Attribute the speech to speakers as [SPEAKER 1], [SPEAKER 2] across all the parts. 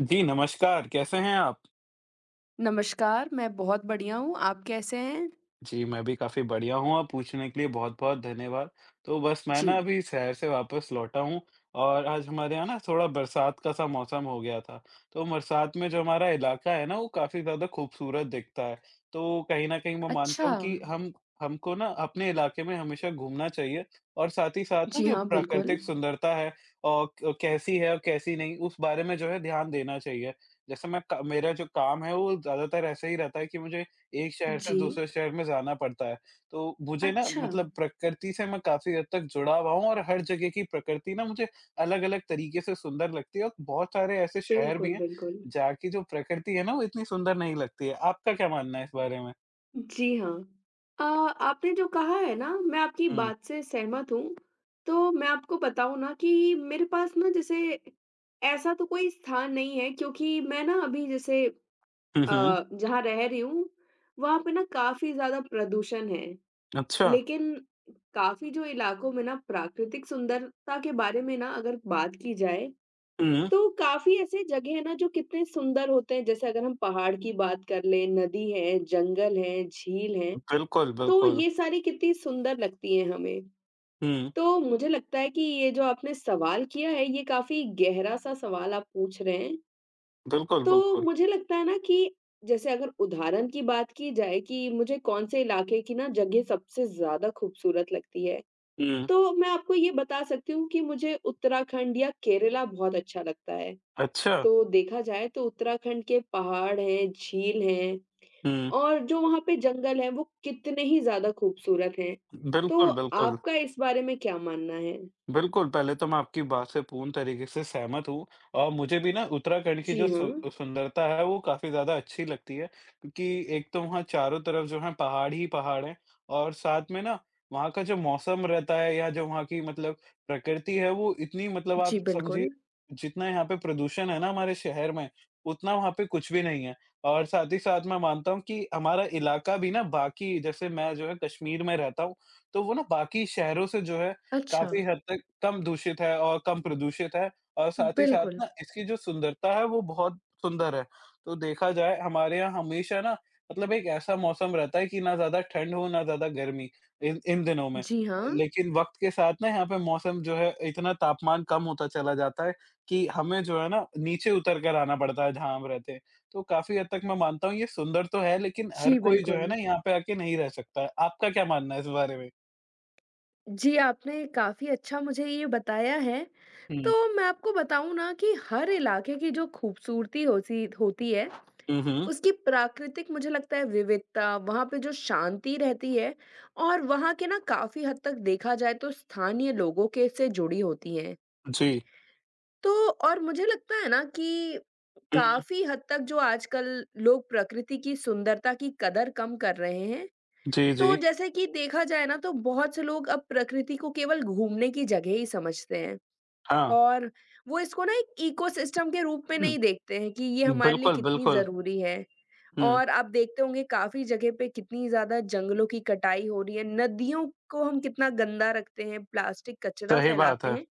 [SPEAKER 1] जी, नमस्कार। कैसे हैं आप?
[SPEAKER 2] नमस्कार, मैं बहुत बढ़िया हूँ, आप कैसे हैं?
[SPEAKER 1] जी, मैं भी काफ़ी बढ़िया हूँ और पूछने के लिए बहुत-बहुत धन्यवाद। तो बस मैं
[SPEAKER 2] जी।
[SPEAKER 1] ना अभी शहर से वापस लौटा हूँ और आज हमारे यहाँ ना थोड़ा बरसात का सा मौसम हो गया था। तो बरसात में जो हमारा इलाका है ना, वो काफ़ी ज़्यादा खूबसूरत दिखता है। तो कहीं न कहीं मैं
[SPEAKER 2] अच्छा,
[SPEAKER 1] मानता हूँ कि हम हमको ना अपने इलाके में हमेशा घूमना चाहिए और साथ ही साथ ना
[SPEAKER 2] जी
[SPEAKER 1] जो
[SPEAKER 2] हाँ, बिल्कुल।
[SPEAKER 1] प्राकृतिक सुंदरता है और क कैसी है और कैसी नहीं, उस बारे में जो है ध्यान देना चाहिए। जैसे मैं क मेरा जो काम है, वो ज़्यादातर ऐसा ही रहता है कि मुझे एक शहर से
[SPEAKER 2] जी,
[SPEAKER 1] दूसरे शहर में जाना पड़ता है। तो मुझे ना
[SPEAKER 2] अच्छा,
[SPEAKER 1] मतलब प्रकृति से मैं काफ़ी हद तक जुड़ा हुआ हूँ और हर जगह की प्रकृति ना मुझे अलग-अलग तरीके से सुंदर लगती है और बहुत सारे ऐसे शहर भी
[SPEAKER 2] बिल्कुल,
[SPEAKER 1] हैं,
[SPEAKER 2] बिल्कुल।
[SPEAKER 1] जहाँ की जो प्रकृति है ना, वो इतनी सुंदर नहीं लगती है। आपका क्या मानना है इस बारे में?
[SPEAKER 2] जी हाँ। अ, आपने जो कहा है ना, मैं आपकी
[SPEAKER 1] हुँ।
[SPEAKER 2] बात से सहमत हूँ। तो मैं आपको बताऊँ ना कि मेरे पास ना जैसे ऐसा तो कोई स्थान नहीं है क्योंकि मैं ना अभी जैसे
[SPEAKER 1] हुँ, हुँ।
[SPEAKER 2] जहाँ रह रही हूँ, वहाँ पे ना काफ़ी ज़्यादा प्रदूषण है।
[SPEAKER 1] अच्छा।
[SPEAKER 2] लेकिन काफ़ी जो इलाकों में ना प्राकृतिक सुंदरता के बारे में ना अगर बात की जाए,
[SPEAKER 1] हुँ।
[SPEAKER 2] तो काफ़ी ऐसे जगह हैं ना जो कितने सुंदर होते हैं, जैसे अगर हम पहाड़ की बात कर लें, नदी है, जंगल है, झील है,
[SPEAKER 1] बिल्कुल,
[SPEAKER 2] तो
[SPEAKER 1] बिल्कुल।
[SPEAKER 2] ये सारी कितनी सुंदर लगती हैं हमें।
[SPEAKER 1] हुँ।
[SPEAKER 2] तो मुझे लगता है कि ये जो आपने सवाल किया है, ये काफ़ी गहरा-सा सवाल आप पूछ रहे हैं।
[SPEAKER 1] बिल्कुल,
[SPEAKER 2] तो
[SPEAKER 1] बिल्कुल।
[SPEAKER 2] मुझे लगता है ना कि जैसे अगर उदाहरण की बात की जाए कि मुझे कौन से इलाके की ना जगह सबसे ज़्यादा खूबसूरत लगती है,
[SPEAKER 1] हुँ।
[SPEAKER 2] तो मैं आपको ये बता सकती हूँ कि मुझे उत्तराखंड या केरला बहुत अच्छा लगता है।
[SPEAKER 1] अच्छा।
[SPEAKER 2] तो देखा जाए तो उत्तराखंड के पहाड़ हैं, झील हैं
[SPEAKER 1] हुँ।
[SPEAKER 2] और जो वहाँ पे जंगल हैं, वो कितने ही ज़्यादा खूबसूरत हैं। तो
[SPEAKER 1] बिल्कुल, बिल्कुल।
[SPEAKER 2] आपका इस बारे में क्या मानना है?
[SPEAKER 1] बिल्कुल, पहले तो मैं आपकी बात से पूर्ण तरीके से सहमत हूँ और मुझे भी ना उत्तराखंड की
[SPEAKER 2] जी
[SPEAKER 1] जो
[SPEAKER 2] हाँ।
[SPEAKER 1] सु सुंदरता है, वो काफ़ी ज़्यादा अच्छी लगती है, क्योंकि एक तो वहाँ चारों तरफ जो है पहाड़ ही पहाड़ हैं और साथ में ना वहाँ का जो मौसम रहता है या जो वहाँ की मतलब प्रकृति है, वो इतनी मतलब आप
[SPEAKER 2] जी,
[SPEAKER 1] समझिए,
[SPEAKER 2] बिल्कुल।
[SPEAKER 1] जितना यहाँ पे प्रदूषण है ना हमारे शहर में, उतना वहाँ पे कुछ भी नहीं है। और साथ ही साथ मैं मानता हूँ कि हमारा इलाका भी ना बाकी जैसे मैं जो है कश्मीर में रहता हूँ, तो वो ना बाकी शहरों से जो है
[SPEAKER 2] अच्छा,
[SPEAKER 1] काफ़ी हद तक कम दूषित है और कम प्रदूषित है और साथ ही साथ
[SPEAKER 2] बिल्कुल।
[SPEAKER 1] ना इसकी जो सुंदरता है, वो बहुत सुंदर है। तो देखा जाए हमारे यहाँ हमेशा ना मतलब एक ऐसा मौसम रहता है कि ना ज़्यादा ठंड हो ना ज़्यादा गर्मी इन इन दिनों में।
[SPEAKER 2] जी हाँ।
[SPEAKER 1] लेकिन वक़्त के साथ ना यहाँ पे मौसम जो है, इतना तापमान कम होता चला जाता है कि हमें जो है ना नीचे उतर कर आना पड़ता है, जहाँ हम रहते हैं। तो काफ़ी हद तक मैं मानता हूँ ये सुंदर तो है, लेकिन हर
[SPEAKER 2] जी,
[SPEAKER 1] कोई जो है
[SPEAKER 2] बिल्कुल।
[SPEAKER 1] ना यहाँ पे आके नहीं रह सकता है। आपका क्या मानना है इस बारे में?
[SPEAKER 2] जी, आपने काफ़ी अच्छा मुझे ये बताया है। तो
[SPEAKER 1] हुँ।
[SPEAKER 2] मैं आपको बताऊँ ना कि हर इलाके की जो खूबसूरती होसी होती है
[SPEAKER 1] हुँ, हुँ।
[SPEAKER 2] उसकी प्राकृतिक मुझे लगता है विविधता, वहाँ पे जो शांति रहती है और वहाँ के ना काफ़ी हद तक देखा जाए तो स्थानीय लोगों के से जुड़ी होती हैं।
[SPEAKER 1] जी।
[SPEAKER 2] तो और मुझे लगता है ना कि
[SPEAKER 1] हुँ।
[SPEAKER 2] काफ़ी हद तक जो आजकल लोग प्रकृति की सुंदरता की कदर कम कर रहे हैं।
[SPEAKER 1] जी, जी।
[SPEAKER 2] तो जैसे कि देखा जाए ना तो बहुत से लोग अब प्रकृति को केवल घूमने की जगह ही समझते हैं
[SPEAKER 1] हाँ।
[SPEAKER 2] और वो इसको ना एक इकोसिस्टम के रूप में
[SPEAKER 1] हुँ,
[SPEAKER 2] नहीं देखते हैं कि ये हमारे लिए
[SPEAKER 1] बिल्कुल,
[SPEAKER 2] कितनी
[SPEAKER 1] बिल्कुल।
[SPEAKER 2] ज़रूरी है।
[SPEAKER 1] हुँ,
[SPEAKER 2] और आप देखते होंगे काफ़ी जगह पे कितनी ज़्यादा जंगलों की कटाई हो रही है, नदियों को हम कितना गंदा रखते हैं, प्लास्टिक कचरा
[SPEAKER 1] सही बात
[SPEAKER 2] फैलाते
[SPEAKER 1] है।
[SPEAKER 2] हैं।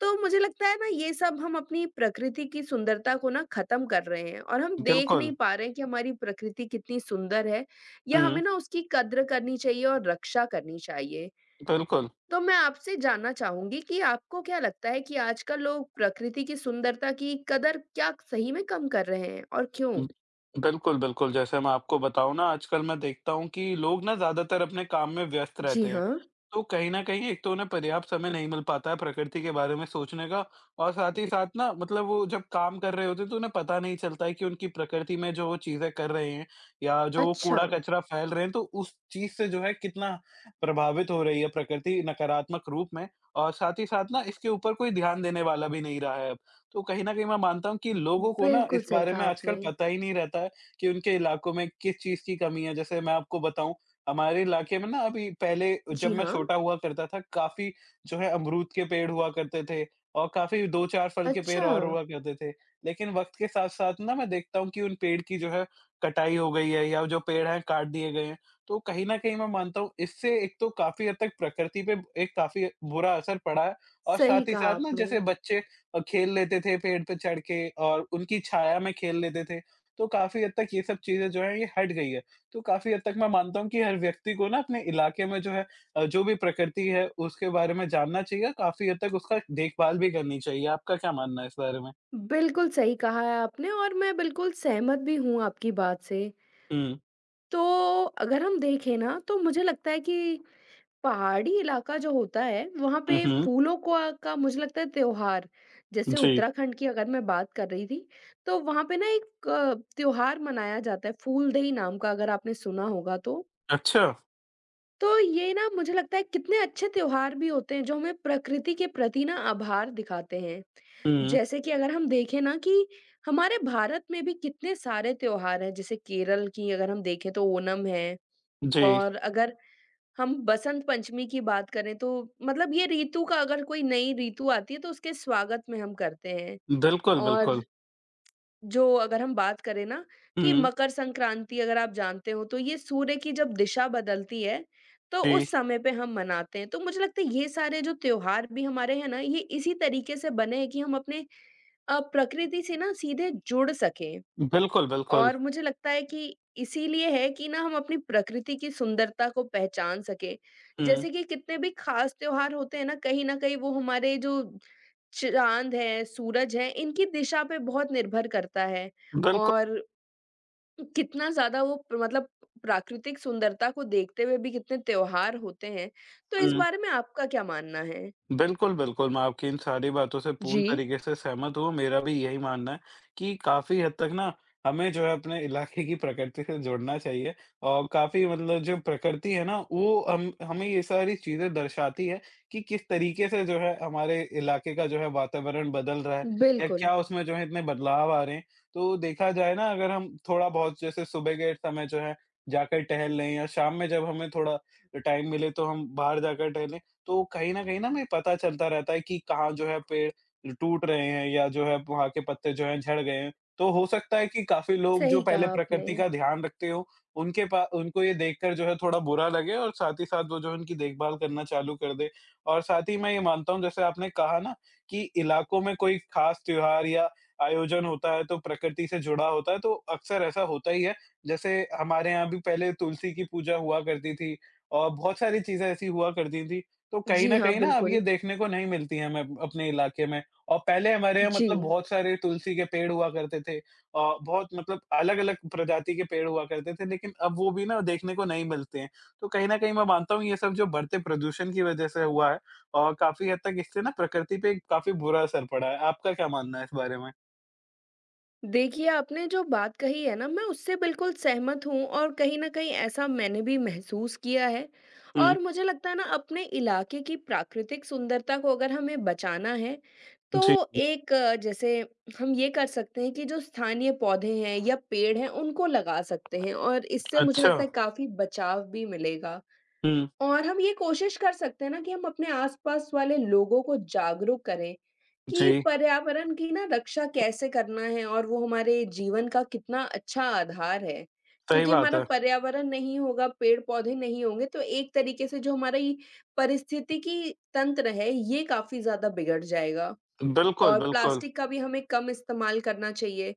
[SPEAKER 2] तो मुझे लगता है ना ये सब हम अपनी प्रकृति की सुंदरता को ना ख़त्म कर रहे हैं और हम देख
[SPEAKER 1] बिल्कुल।
[SPEAKER 2] नहीं पा रहे हैं कि हमारी प्रकृति कितनी सुंदर है या
[SPEAKER 1] हुँ,
[SPEAKER 2] हमें ना उसकी कद्र करनी चाहिए और रक्षा करनी चाहिए।
[SPEAKER 1] बिल्कुल।
[SPEAKER 2] तो मैं आपसे जानना चाहूँगी कि आपको क्या लगता है कि आजकल लोग प्रकृति की सुंदरता की कदर क्या सही में कम कर रहे हैं और क्यों?
[SPEAKER 1] हुँ। बिल्कुल, बिल्कुल, जैसे मैं आपको बताऊँ ना, आजकल मैं देखता हूँ कि लोग ना ज़्यादातर अपने काम में व्यस्त
[SPEAKER 2] जी
[SPEAKER 1] रहते हैं।
[SPEAKER 2] हाँ।
[SPEAKER 1] तो कहीं न कहीं एक तो उन्हें पर्याप्त समय नहीं मिल पाता है प्रकृति के बारे में सोचने का और साथ ही साथ ना मतलब वो जब काम कर रहे होते हैं, तो उन्हें पता नहीं चलता है कि उनकी प्रकृति में जो वो चीज़ें कर रहे हैं या जो वो
[SPEAKER 2] अच्छा।
[SPEAKER 1] कूड़ा-कचरा फैल रहे हैं, तो उस चीज़ से जो है कितना प्रभावित हो रही है प्रकृति नकारात्मक रूप में और साथ ही साथ ना इसके ऊपर कोई ध्यान देने वाला भी नहीं रहा है अब। तो कहीं न कहीं मैं मानता हूँ कि लोगों को ना
[SPEAKER 2] बिल्कुल
[SPEAKER 1] इस
[SPEAKER 2] सही
[SPEAKER 1] बारे
[SPEAKER 2] कहा
[SPEAKER 1] में आजकल
[SPEAKER 2] आपने।
[SPEAKER 1] पता ही नहीं रहता है कि उनके इलाकों में किस चीज़ की कमी है। जैसे मैं आपको बताऊँ, हमारे इलाके में ना अभी पहले
[SPEAKER 2] जी
[SPEAKER 1] जब मैं
[SPEAKER 2] हाँ।
[SPEAKER 1] छोटा हुआ करता था, काफ़ी जो है अमरूद के पेड़ हुआ करते थे और काफ़ी 2-4 फल के पेड़
[SPEAKER 2] अच्छा,
[SPEAKER 1] और हुआ करते थे। लेकिन वक़्त के साथ-साथ ना मैं देखता हूँ कि उन पेड़ की जो है कटाई हो गई है या जो पेड़ हैं काट दिए गए हैं। तो कहीं न कहीं मैं मानता हूँ, इससे एक तो काफ़ी हद तक प्रकृति पे एक काफ़ी बुरा असर पड़ा है और
[SPEAKER 2] सही
[SPEAKER 1] साथ ही
[SPEAKER 2] कहा
[SPEAKER 1] साथ ना
[SPEAKER 2] आपने।
[SPEAKER 1] जैसे बच्चे और खेल लेते थे पेड़ पे चढ़ के और उनकी छाया में खेल लेते थे। तो काफ़ी हद तक ये सब चीज़ें जो हैं, ये हट गई है। तो काफ़ी हद तक मैं मानता हूँ कि हर व्यक्ति को ना अपने इलाके में जो है जो भी प्रकृति है, उसके बारे में जानना चाहिए, काफ़ी हद तक उसका देखभाल भी करनी चाहिए। आपका क्या मानना है इस बारे में?
[SPEAKER 2] बिल्कुल सही कहा है आपने और मैं बिल्कुल सहमत भी हूँ आपकी बात से।
[SPEAKER 1] हुँ।
[SPEAKER 2] तो अगर हम देखें ना तो मुझे लगता है कि पहाड़ी इलाका जो होता है वहाँ
[SPEAKER 1] हुँ,
[SPEAKER 2] पे
[SPEAKER 1] हुँ।
[SPEAKER 2] फूलों का मुझे लगता है त्योहार जैसे
[SPEAKER 1] जी।
[SPEAKER 2] उत्तराखंड की अगर मैं बात कर रही थी तो वहाँ पे ना एक त्योहार मनाया जाता है फूलदेई नाम का अगर आपने सुना होगा तो।
[SPEAKER 1] अच्छा।
[SPEAKER 2] तो ये ना मुझे लगता है कितने अच्छे त्योहार भी होते हैं जो हमें प्रकृति के प्रति ना आभार दिखाते हैं।
[SPEAKER 1] हुँ।
[SPEAKER 2] जैसे कि अगर हम देखें ना कि हमारे भारत में भी कितने सारे त्योहार हैं जैसे केरल की अगर हम देखें तो ओणम है
[SPEAKER 1] जी।
[SPEAKER 2] और अगर हम बसंत पंचमी की बात करें तो मतलब ये ऋतु का अगर कोई नई ऋतु आती है तो उसके स्वागत में हम करते हैं।
[SPEAKER 1] बिल्कुल,
[SPEAKER 2] और
[SPEAKER 1] बिल्कुल।
[SPEAKER 2] जो अगर हम बात करें ना कि
[SPEAKER 1] हुँ।
[SPEAKER 2] मकर संक्रांति अगर आप जानते हो तो ये सूर्य की जब दिशा बदलती है तो
[SPEAKER 1] जी।
[SPEAKER 2] उस समय पे हम मनाते हैं। तो मुझे लगता है ये सारे जो त्योहार भी हमारे हैं ना ये इसी तरीके से बने हैं कि हम अपने प्रकृति से ना सीधे जुड़ सकें।
[SPEAKER 1] बिल्कुल, बिल्कुल।
[SPEAKER 2] और मुझे लगता है कि इसीलिए है कि ना हम अपनी प्रकृति की सुंदरता को पहचान सकें।
[SPEAKER 1] हुँ।
[SPEAKER 2] जैसे कि कितने भी खास त्योहार होते हैं ना, कहीं न कहीं वो हमारे जो चाँद है, सूरज है, इनकी दिशा पे बहुत निर्भर करता है
[SPEAKER 1] बिल्कुल।
[SPEAKER 2] और कितना ज़्यादा वो प मतलब प्राकृतिक सुंदरता को देखते हुए भी कितने त्योहार होते हैं। तो इस
[SPEAKER 1] हुँ।
[SPEAKER 2] बारे में आपका क्या मानना है?
[SPEAKER 1] बिल्कुल, बिल्कुल, मैं आपकी इन सारी बातों से
[SPEAKER 2] जी।
[SPEAKER 1] पूर्ण तरीके से सहमत हूँ, मेरा भी यही मानना है कि काफ़ी हद तक ना हमें जो है अपने इलाके की प्रकृति से जुड़ना चाहिए और काफ़ी मतलब जो प्रकृति है ना, वो हम हमें ये सारी चीज़ें दर्शाती है कि किस तरीके से जो है हमारे इलाके का जो है वातावरण बदल रहा है या
[SPEAKER 2] बिल्कुल,
[SPEAKER 1] क्या उसमें जो है इतने बदलाव आ रहे हैं। तो देखा जाए ना, अगर हम थोड़ा-बहुत जैसे सुबह के समय जो है जाकर टहल लें या शाम में जब हमें थोड़ा टाइम मिले, तो हम बाहर जाकर टहलें। तो कहीं न कहीं ना हमें पता चलता रहता है कि कहाँ जो है पेड़ टूट रहे हैं या जो है वहाँ के पत्ते जो हैं झड़ गए हैं। तो हो सकता है कि काफ़ी लोग जो
[SPEAKER 2] सही
[SPEAKER 1] पहले
[SPEAKER 2] कहा आपने।
[SPEAKER 1] प्रकृति का ध्यान रखते हों, उनके पा उनको ये देखकर जो है थोड़ा बुरा लगे और साथ ही साथ वो जो है उनकी देखभाल करना चालू कर दें। और साथ ही मैं ये मानता हूँ, जैसे आपने कहा ना कि इलाकों में कोई ख़ास त्योहार या आयोजन होता है, तो प्रकृति से जुड़ा होता है, तो अक्सर ऐसा होता ही है। जैसे हमारे यहाँ भी पहले तुलसी की पूजा हुआ करती थी और बहुत सारी चीज़ें ऐसी हुआ करती थी। तो कहीं
[SPEAKER 2] जी
[SPEAKER 1] न
[SPEAKER 2] हाँ,
[SPEAKER 1] कहीं ना अब ये
[SPEAKER 2] बिल्कुल।
[SPEAKER 1] देखने को नहीं मिलती है हमें अपने इलाके में और पहले हमारे यहाँ
[SPEAKER 2] जी।
[SPEAKER 1] मतलब बहुत सारे तुलसी के पेड़ हुआ करते थे, बहुत मतलब अलग-अलग प्रजाति के पेड़ हुआ करते थे, लेकिन अब वो भी ना देखने को नहीं मिलते हैं। तो कहीं न कहीं मैं मानता हूँ ये सब जो बढ़ते प्रदूषण की वजह से हुआ है और काफ़ी हद तक इससे ना प्रकृति पे काफ़ी बुरा असर पड़ा है। आपका क्या मानना है इस बारे में?
[SPEAKER 2] देखिए, आपने जो बात कही है ना, मैं उससे बिल्कुल सहमत हूँ और कहीं न कहीं ऐसा मैंने भी महसूस किया है।
[SPEAKER 1] हुँ,
[SPEAKER 2] और मुझे लगता है ना अपने इलाके की प्राकृतिक सुंदरता को अगर हमें बचाना है,
[SPEAKER 1] जी।
[SPEAKER 2] तो एक जैसे हम ये कर सकते हैं कि जो स्थानीय पौधे हैं या पेड़ हैं, उनको लगा सकते हैं और इससे मुझे
[SPEAKER 1] अच्छा।
[SPEAKER 2] लगता है काफ़ी बचाव भी मिलेगा।
[SPEAKER 1] हुँ,
[SPEAKER 2] और हम ये कोशिश कर सकते हैं ना कि हम अपने आसपास वाले लोगों को जागरूक करें कि
[SPEAKER 1] जी,
[SPEAKER 2] पर्यावरण की ना रक्षा कैसे करना है और वो हमारे जीवन का कितना अच्छा आधार है।
[SPEAKER 1] सही
[SPEAKER 2] क्योंकि
[SPEAKER 1] बात
[SPEAKER 2] हमारा
[SPEAKER 1] है।
[SPEAKER 2] पर्यावरण नहीं होगा, पेड़-पौधे नहीं होंगे तो एक तरीके से जो हमारा ये पारिस्थितिकी तंत्र है, ये काफ़ी ज़्यादा बिगड़ जाएगा।
[SPEAKER 1] बिल्कुल,
[SPEAKER 2] और
[SPEAKER 1] बिल्कुल।
[SPEAKER 2] प्लास्टिक का भी हमें कम इस्तेमाल करना चाहिए।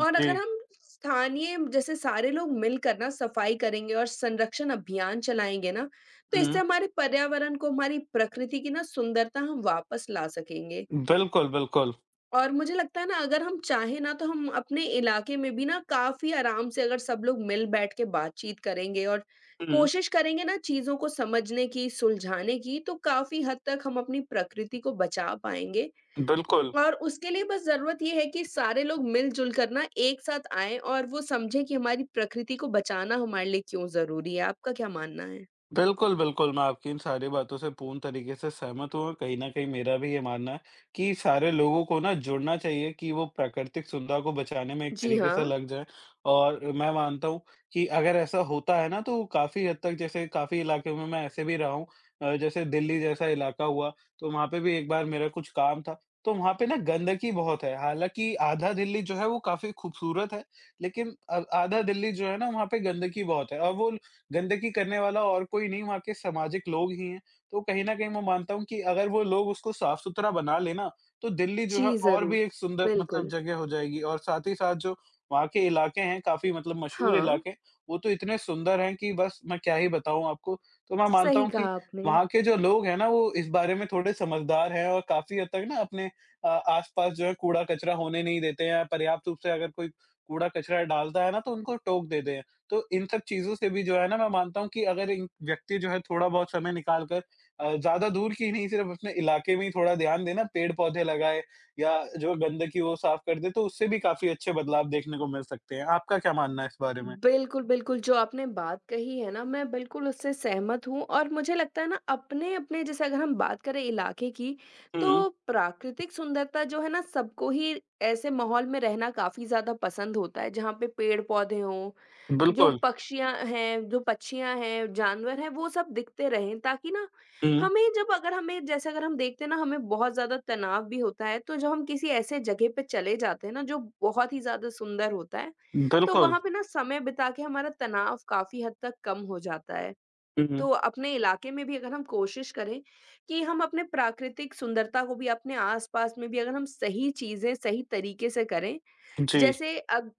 [SPEAKER 2] और अगर हम स्थानीय जैसे सारे लोग मिलकर ना सफाई करेंगे और संरक्षण अभियान चलाएँगे ना, तो इससे
[SPEAKER 1] हुँ,
[SPEAKER 2] हमारे पर्यावरण को, हमारी प्रकृति की ना सुंदरता हम वापस ला सकेंगे।
[SPEAKER 1] बिल्कुल, बिल्कुल।
[SPEAKER 2] और मुझे लगता है ना अगर हम चाहें ना तो हम अपने इलाके में भी ना काफ़ी आराम से अगर सब लोग मिल बैठ के बातचीत करेंगे और
[SPEAKER 1] हुँ,
[SPEAKER 2] कोशिश करेंगे ना चीज़ों को समझने की, सुलझाने की, तो काफ़ी हद तक हम अपनी प्रकृति को बचा पाएँगे
[SPEAKER 1] बिल्कुल।
[SPEAKER 2] और उसके लिए बस ज़रूरत ये है कि सारे लोग मिल-जुल कर ना एक साथ आएँ और वो समझें कि हमारी प्रकृति को बचाना हमारे लिए क्यों ज़रूरी है। आपका क्या मानना है?
[SPEAKER 1] बिल्कुल, बिल्कुल, मैं आपकी इन सारी बातों से पूर्ण तरीके से सहमत हूँ और कहीं न कहीं मेरा भी ये मानना है कि सारे लोगों को ना जुड़ना चाहिए कि वो प्राकृतिक सुंदरता को बचाने में एक
[SPEAKER 2] जी
[SPEAKER 1] तरीके से
[SPEAKER 2] हाँ।
[SPEAKER 1] लग जाएँ। और मैं मानता हूँ कि अगर ऐसा होता है ना, तो काफ़ी हद तक जैसे काफ़ी इलाके में मैं ऐसे भी रहा हूँ, जैसे दिल्ली जैसा इलाका हुआ, तो वहाँ पे भी एक बार मेरा कुछ काम था, तो वहाँ पे ना गंदगी बहुत है। हालाँकि आधा दिल्ली जो है वो काफ़ी खूबसूरत है, लेकिन आधा दिल्ली जो है ना वहाँ पे गंदगी बहुत है और वो गंदगी करने वाला और कोई नहीं, वहाँ के सामाजिक लोग ही हैं। तो कहीं न कहीं मैं मानता हूँ कि अगर वो लोग उसको साफ-सुथरा बना लें ना, तो दिल्ली जो
[SPEAKER 2] जी,
[SPEAKER 1] है और भी
[SPEAKER 2] ज़रूर।
[SPEAKER 1] एक सुंदर मतलब
[SPEAKER 2] बिल्कुल।
[SPEAKER 1] जगह हो जाएगी और साथ ही साथ जो वहाँ के इलाके हैं, काफ़ी मतलब मशहूर
[SPEAKER 2] हाँ,
[SPEAKER 1] इलाके हैं, वो तो इतने सुंदर हैं कि बस मैं क्या ही बताऊँ आपको। तो मैं मानता
[SPEAKER 2] सही
[SPEAKER 1] हूँ कि
[SPEAKER 2] कहा आपने।
[SPEAKER 1] वहाँ के जो लोग हैं ना, वो इस बारे में थोड़े समझदार हैं और काफ़ी हद तक ना अपने आस-पास जो है कूड़ा-कचरा होने नहीं देते हैं। पर्याप्त रूप से अगर कोई कूड़ा-कचरा डालता है ना, तो उनको टोक देते हैं। तो इन सब चीज़ों से भी जो है ना, मैं मानता हूँ कि अगर इन व्यक्ति जो है थोड़ा बहुत समय निकाल कर ज़्यादा दूर की नहीं, सिर्फ़ अपने इलाके में ही थोड़ा ध्यान देना, पेड़-पौधे लगाए या जो गंदगी वो साफ़ कर दे, तो उससे भी काफ़ी अच्छे बदलाव देखने को मिल सकते हैं। आपका क्या मानना है इस बारे में?
[SPEAKER 2] बिल्कुल, बिल्कुल जो आपने बात कही है ना मैं बिल्कुल उससे सहमत हूँ और मुझे लगता है ना अपने-अपने जैसे अगर हम बात करें इलाके की,
[SPEAKER 1] हुँ,
[SPEAKER 2] तो प्राकृतिक सुंदरता जो है ना सबको ही ऐसे माहौल में रहना काफ़ी ज़्यादा पसंद होता है जहाँ पे पेड़-पौधे हों जो
[SPEAKER 1] बिल्कुल।
[SPEAKER 2] पक्षियाँ हैं, जो पक्षियाँ हैं, जानवर हैं, वो सब दिखते रहें ताकि ना
[SPEAKER 1] हुँ,
[SPEAKER 2] हमें जब अगर हमें जैसे अगर हम देखते हैं ना हमें बहुत ज़्यादा तनाव भी होता है, तो जब हम किसी ऐसे जगह पे चले जाते हैं ना जो बहुत ही ज़्यादा सुंदर होता है, तो
[SPEAKER 1] बिल्कुल।
[SPEAKER 2] वहाँ पे ना समय बिता के हमारा तनाव काफ़ी हद तक कम हो जाता है।
[SPEAKER 1] हुँ,
[SPEAKER 2] तो अपने इलाके में भी अगर हम कोशिश करें कि हम अपने प्राकृतिक सुंदरता को भी अपने आस-पास में भी अगर हम सही चीज़ें सही तरीके से करें,
[SPEAKER 1] जी।
[SPEAKER 2] जैसे अग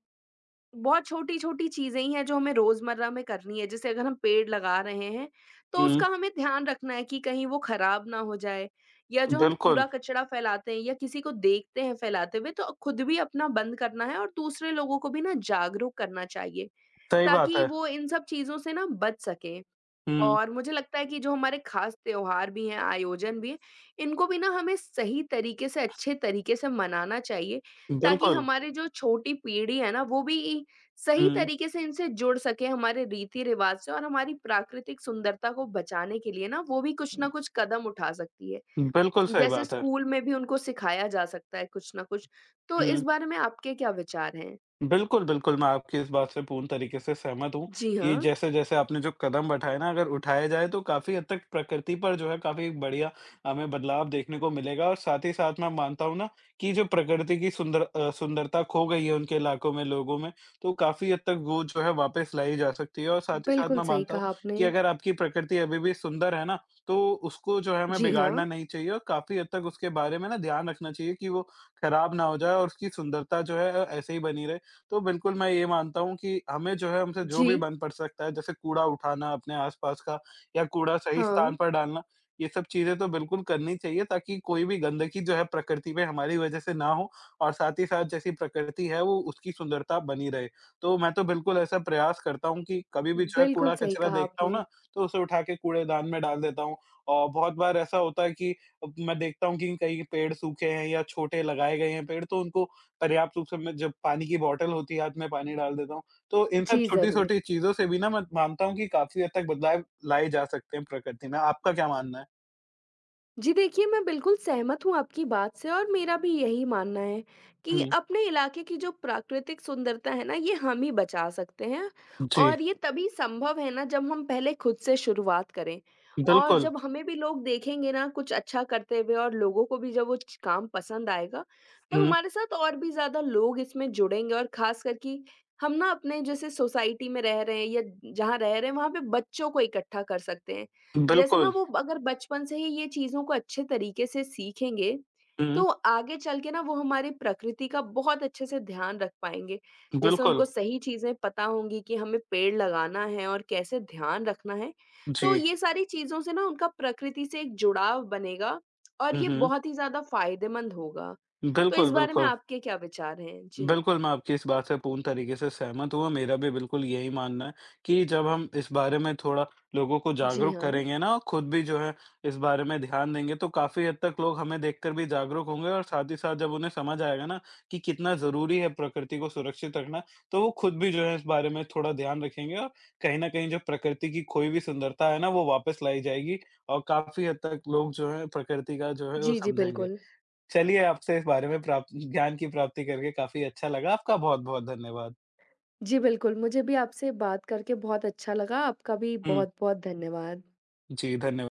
[SPEAKER 2] बहुत छोटी-छोटी चीज़ें ही हैं जो हमें रोज़मर्रा में करनी है। जैसे अगर हम पेड़ लगा रहे हैं, तो
[SPEAKER 1] हुँ,
[SPEAKER 2] उसका हमें ध्यान रखना है कि कहीं वो खराब ना हो जाए या जो हम
[SPEAKER 1] बिल्कुल,
[SPEAKER 2] कूड़ा-कचरा फैलाते हैं या किसी को देखते हैं फैलाते हुए तो खुद भी अपना बंद करना है और दूसरे लोगों को भी ना जागरूक करना चाहिए,
[SPEAKER 1] सही बात
[SPEAKER 2] ताकि
[SPEAKER 1] है।
[SPEAKER 2] वो इन सब चीज़ों से ना बच सकें।
[SPEAKER 1] हुँ,
[SPEAKER 2] और मुझे लगता है कि जो हमारे खास त्योहार भी हैं, आयोजन भी हैं, इनको भी ना हमें सही तरीके से, अच्छे तरीके से मनाना चाहिए, ताकि
[SPEAKER 1] बिल्कुल।
[SPEAKER 2] हमारी जो छोटी पीढ़ी है ना, वो भी सही
[SPEAKER 1] हुँ,
[SPEAKER 2] तरीके से इनसे जुड़ सके, हमारे रीति-रिवाज से और हमारी प्राकृतिक सुंदरता को बचाने के लिए ना, वो भी कुछ ना कुछ कदम उठा सकती है।
[SPEAKER 1] बिल्कुल सही
[SPEAKER 2] जैसे
[SPEAKER 1] बात है।
[SPEAKER 2] स्कूल में भी उनको सिखाया जा सकता है कुछ ना कुछ। तो इस
[SPEAKER 1] हुँ।
[SPEAKER 2] बारे में आपके क्या विचार हैं?
[SPEAKER 1] बिल्कुल, बिल्कुल, मैं आपकी इस बात से पूर्ण तरीके से सहमत हूँ
[SPEAKER 2] जी
[SPEAKER 1] कि
[SPEAKER 2] हाँ,
[SPEAKER 1] जैसे-जैसे आपने जो कदम उठाए ना, अगर उठाए जाएँ तो काफ़ी हद तक प्रकृति पर जो है काफ़ी बढ़िया हमें बदलाव देखने को मिलेगा और साथ ही साथ मैं मानता हूँ ना कि जो प्रकृति की सुंदरता खो गई है उनके इलाकों में, लोगों में, तो काफ़ी हद तक वो जो है वापस लाई जा सकती है और साथ ही साथ
[SPEAKER 2] बिल्कुल
[SPEAKER 1] मैं
[SPEAKER 2] सही
[SPEAKER 1] मानता हूँ
[SPEAKER 2] कहा आपने।
[SPEAKER 1] कि अगर आपकी प्रकृति अभी भी सुंदर है ना, तो उसको जो है हमें
[SPEAKER 2] जी हाँ।
[SPEAKER 1] बिगाड़ना नहीं चाहिए और काफ़ी हद तक उसके बारे में ना ध्यान रखना चाहिए कि वो खराब ना हो जाए और उसकी सुंदरता जो है ऐसे ही बनी रहे। तो बिल्कुल मैं ये मानता हूँ कि हमें जो है हमसे जो
[SPEAKER 2] जी,
[SPEAKER 1] भी बन पड़ सकता है, जैसे कूड़ा उठाना अपने आस-पास का या कूड़ा सही स्थान
[SPEAKER 2] हाँ।
[SPEAKER 1] पर डालना, ये सब चीज़ें तो बिल्कुल करनी चाहिए, ताकि कोई भी गंदगी जो है प्रकृति में हमारी वजह से ना हो और साथ ही साथ जैसी प्रकृति है, वो उसकी सुंदरता बनी रहे। तो मैं तो बिल्कुल ऐसा प्रयास करता हूँ कि कभी भी जो है
[SPEAKER 2] बिल्कुल सही
[SPEAKER 1] कूड़ा-कचरा
[SPEAKER 2] कहा
[SPEAKER 1] देखता हूँ
[SPEAKER 2] आपने।
[SPEAKER 1] ना, तो उसे उठा के कूड़ेदान में डाल देता हूँ और बहुत बार ऐसा होता है कि अब मैं देखता हूँ कि कहीं पेड़ सूखे हैं या छोटे लगाए गए हैं पेड़, तो उनको पर्याप्त रूप से मैं, जब पानी की बॉटल होती है, हाथ में पानी डाल देता हूँ। तो इन सब
[SPEAKER 2] जी, ज़रूर।
[SPEAKER 1] छोटी-छोटी चीज़ों से भी ना मैं मानता हूँ कि काफ़ी हद तक बदलाव लाए जा सकते हैं प्रकृति में। आपका क्या मानना है?
[SPEAKER 2] जी देखिए, मैं बिल्कुल सहमत हूँ आपकी बात से और मेरा भी यही मानना है कि
[SPEAKER 1] हुँ,
[SPEAKER 2] अपने इलाके की जो प्राकृतिक सुंदरता है ना, ये हम ही बचा सकते हैं
[SPEAKER 1] जी,
[SPEAKER 2] और ये तभी संभव है ना जब हम पहले खुद से शुरुआत करें। और
[SPEAKER 1] बिल्कुल।
[SPEAKER 2] जब हमें भी लोग देखेंगे ना कुछ अच्छा करते हुए और लोगों को भी जब वो च काम पसंद आएगा, तो
[SPEAKER 1] हुँ,
[SPEAKER 2] हमारे साथ और भी ज़्यादा लोग इसमें जुड़ेंगे और ख़ासकर कि हम ना अपने जैसे सोसाइटी में रह रहे हैं या जहाँ रह रहे हैं, वहाँ पे बच्चों को इकट्ठा कर सकते हैं। जैसे ना
[SPEAKER 1] बिल्कुल।
[SPEAKER 2] वो अगर बचपन से ही ये चीज़ों को अच्छे तरीके से सीखेंगे,
[SPEAKER 1] हुँ,
[SPEAKER 2] तो आगे चल के ना वो हमारी प्रकृति का बहुत अच्छे से ध्यान रख पाएँगे। जैसे
[SPEAKER 1] बिल्कुल।
[SPEAKER 2] उनको सही चीज़ें पता होंगी कि हमें पेड़ लगाना है और कैसे ध्यान रखना है। तो
[SPEAKER 1] जी।
[SPEAKER 2] ये सारी चीज़ों से ना उनका प्रकृति से एक जुड़ाव बनेगा और
[SPEAKER 1] हुँ,
[SPEAKER 2] ये
[SPEAKER 1] हुँ।
[SPEAKER 2] बहुत ही ज़्यादा फ़ायदेमंद होगा। तो इस
[SPEAKER 1] बिल्कुल,
[SPEAKER 2] बारे में
[SPEAKER 1] बिल्कुल।
[SPEAKER 2] आपके क्या विचार हैं? जी।
[SPEAKER 1] बिल्कुल, मैं आपकी इस बात से पूर्ण तरीके से सहमत हूँ और मेरा भी बिल्कुल यही मानना है कि जब हम इस बारे में थोड़ा लोगों को
[SPEAKER 2] जी
[SPEAKER 1] जागरूक
[SPEAKER 2] हाँ।
[SPEAKER 1] करेंगे ना और खुद भी जो है इस बारे में ध्यान देंगे, तो काफ़ी हद तक लोग हमें देखकर भी जागरूक होंगे और साथ ही साथ जब उन्हें समझ आएगा ना कि कितना ज़रूरी है प्रकृति को सुरक्षित रखना, तो वो खुद भी जो है इस बारे में थोड़ा ध्यान रखेंगे और कहीं न कहीं जो प्रकृति की खोई हुई सुंदरता है ना, वो वापस लाई जाएगी और काफ़ी हद तक लोग जो है प्रकृति का जो है वो
[SPEAKER 2] जी, जी,
[SPEAKER 1] समझेंगे।
[SPEAKER 2] बिल्कुल।
[SPEAKER 1] चलिए, आपसे इस बारे में प्राप्त ज्ञान की प्राप्ति करके काफ़ी अच्छा लगा। आपका बहुत-बहुत धन्यवाद।
[SPEAKER 2] जी, बिल्कुल, मुझे भी आपसे बात करके बहुत अच्छा लगा। आपका भी
[SPEAKER 1] हुँ।
[SPEAKER 2] बहुत-बहुत धन्यवाद।
[SPEAKER 1] जी, धन्य